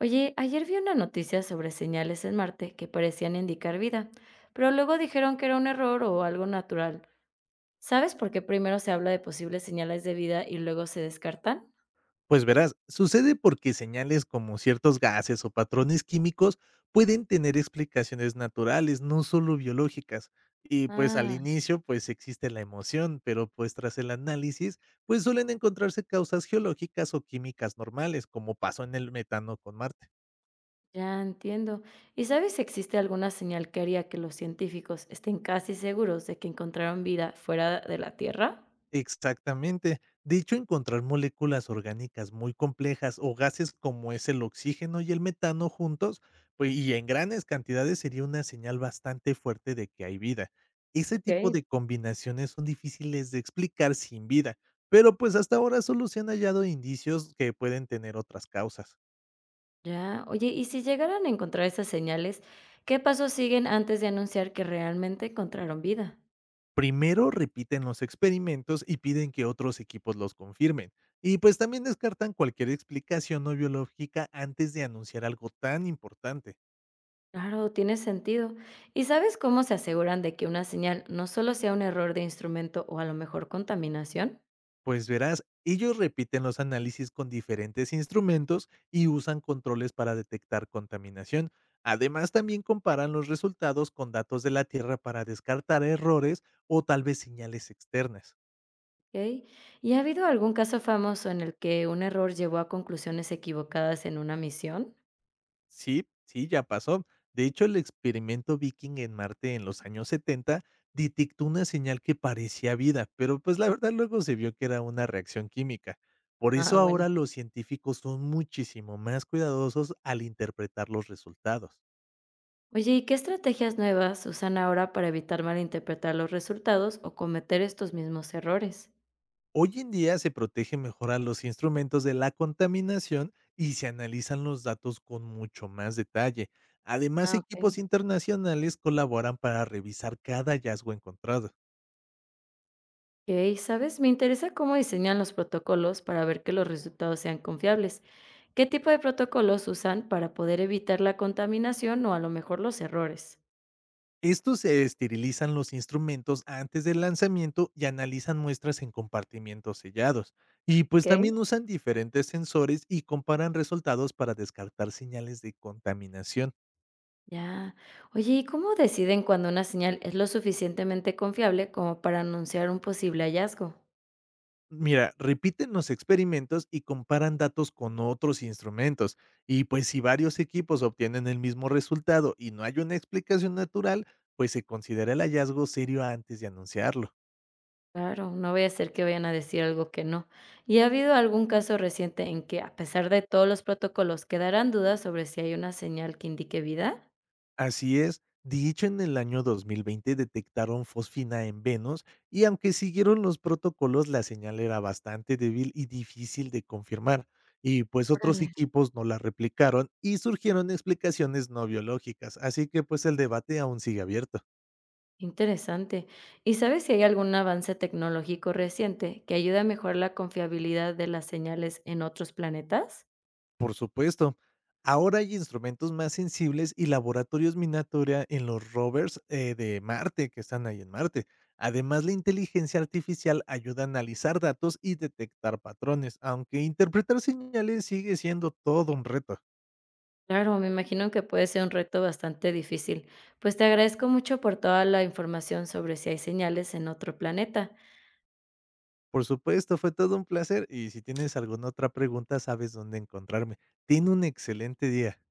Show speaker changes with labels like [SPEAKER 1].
[SPEAKER 1] Oye, ayer vi una noticia sobre señales en Marte que parecían indicar vida, pero luego dijeron que era un error o algo natural. ¿Sabes por qué primero se habla de posibles señales de vida y luego se descartan?
[SPEAKER 2] Pues verás, sucede porque señales como ciertos gases o patrones químicos pueden tener explicaciones naturales, no solo biológicas. Y pues al
[SPEAKER 1] Ah,
[SPEAKER 2] inicio pues existe la emoción, pero pues tras el análisis pues suelen encontrarse causas geológicas o químicas normales, como pasó en el metano con Marte.
[SPEAKER 1] ya entiendo. ¿Y sabes si existe alguna señal que haría que los científicos estén casi seguros de que encontraron vida fuera de la Tierra?
[SPEAKER 2] Exactamente. De hecho, encontrar moléculas orgánicas muy complejas o gases como es el oxígeno y el metano juntos, pues, y en grandes cantidades sería una señal bastante fuerte de que hay vida. Ese tipo
[SPEAKER 1] Ok.
[SPEAKER 2] de combinaciones son difíciles de explicar sin vida, pero pues hasta ahora solo se han hallado indicios que pueden tener otras causas.
[SPEAKER 1] Ya, oye, ¿y si llegaran a encontrar esas señales, qué pasos siguen antes de anunciar que realmente encontraron vida?
[SPEAKER 2] Primero repiten los experimentos y piden que otros equipos los confirmen. Y pues también descartan cualquier explicación no biológica antes de anunciar algo tan importante.
[SPEAKER 1] Claro, tiene sentido. ¿Y sabes cómo se aseguran de que una señal no solo sea un error de instrumento o a lo mejor contaminación?
[SPEAKER 2] Pues verás, ellos repiten los análisis con diferentes instrumentos y usan controles para detectar contaminación. Además, también comparan los resultados con datos de la Tierra para descartar errores o tal vez señales externas.
[SPEAKER 1] ¿Ok? ¿Y ha habido algún caso famoso en el que un error llevó a conclusiones equivocadas en una misión?
[SPEAKER 2] Sí, sí, ya pasó. De hecho, el experimento Viking en Marte en los años 70 detectó una señal que parecía vida, pero pues la verdad luego se vio que era una reacción química. Por
[SPEAKER 1] Ah,
[SPEAKER 2] eso
[SPEAKER 1] bueno.
[SPEAKER 2] ahora los científicos son muchísimo más cuidadosos al interpretar los resultados.
[SPEAKER 1] Oye, ¿y qué estrategias nuevas usan ahora para evitar malinterpretar los resultados o cometer estos mismos errores?
[SPEAKER 2] Hoy en día se protege mejor a los instrumentos de la contaminación y se analizan los datos con mucho más detalle. Además,
[SPEAKER 1] Ah,
[SPEAKER 2] equipos
[SPEAKER 1] ok.
[SPEAKER 2] internacionales colaboran para revisar cada hallazgo encontrado.
[SPEAKER 1] Ok, ¿sabes? Me interesa cómo diseñan los protocolos para ver que los resultados sean confiables. ¿Qué tipo de protocolos usan para poder evitar la contaminación o a lo mejor los errores?
[SPEAKER 2] Estos se esterilizan los instrumentos antes del lanzamiento y analizan muestras en compartimientos sellados. Y pues también
[SPEAKER 1] ¿Ok?
[SPEAKER 2] usan diferentes sensores y comparan resultados para descartar señales de contaminación.
[SPEAKER 1] Ya. Oye, ¿y cómo deciden cuando una señal es lo suficientemente confiable como para anunciar un posible hallazgo?
[SPEAKER 2] Mira, repiten los experimentos y comparan datos con otros instrumentos. Y pues si varios equipos obtienen el mismo resultado y no hay una explicación natural, pues se considera el hallazgo serio antes de anunciarlo.
[SPEAKER 1] Claro, no voy a ser que vayan a decir algo que no. ¿Y ha habido algún caso reciente en que, a pesar de todos los protocolos, quedaran dudas sobre si hay una señal que indique vida?
[SPEAKER 2] Así es, dicho en el año 2020 detectaron fosfina en Venus y aunque siguieron los protocolos, la señal era bastante débil y difícil de confirmar. Y pues otros
[SPEAKER 1] Órale.
[SPEAKER 2] equipos no la replicaron y surgieron explicaciones no biológicas, así que pues el debate aún sigue abierto.
[SPEAKER 1] Interesante. ¿Y sabes si hay algún avance tecnológico reciente que ayude a mejorar la confiabilidad de las señales en otros planetas?
[SPEAKER 2] Por supuesto. Ahora hay instrumentos más sensibles y laboratorios miniatura en los rovers de Marte, que están ahí en Marte. Además, la inteligencia artificial ayuda a analizar datos y detectar patrones, aunque interpretar señales sigue siendo todo un reto.
[SPEAKER 1] Claro, me imagino que puede ser un reto bastante difícil. Pues te agradezco mucho por toda la información sobre si hay señales en otro planeta.
[SPEAKER 2] Por supuesto, fue todo un placer y si tienes alguna otra pregunta, sabes dónde encontrarme. Ten un excelente día.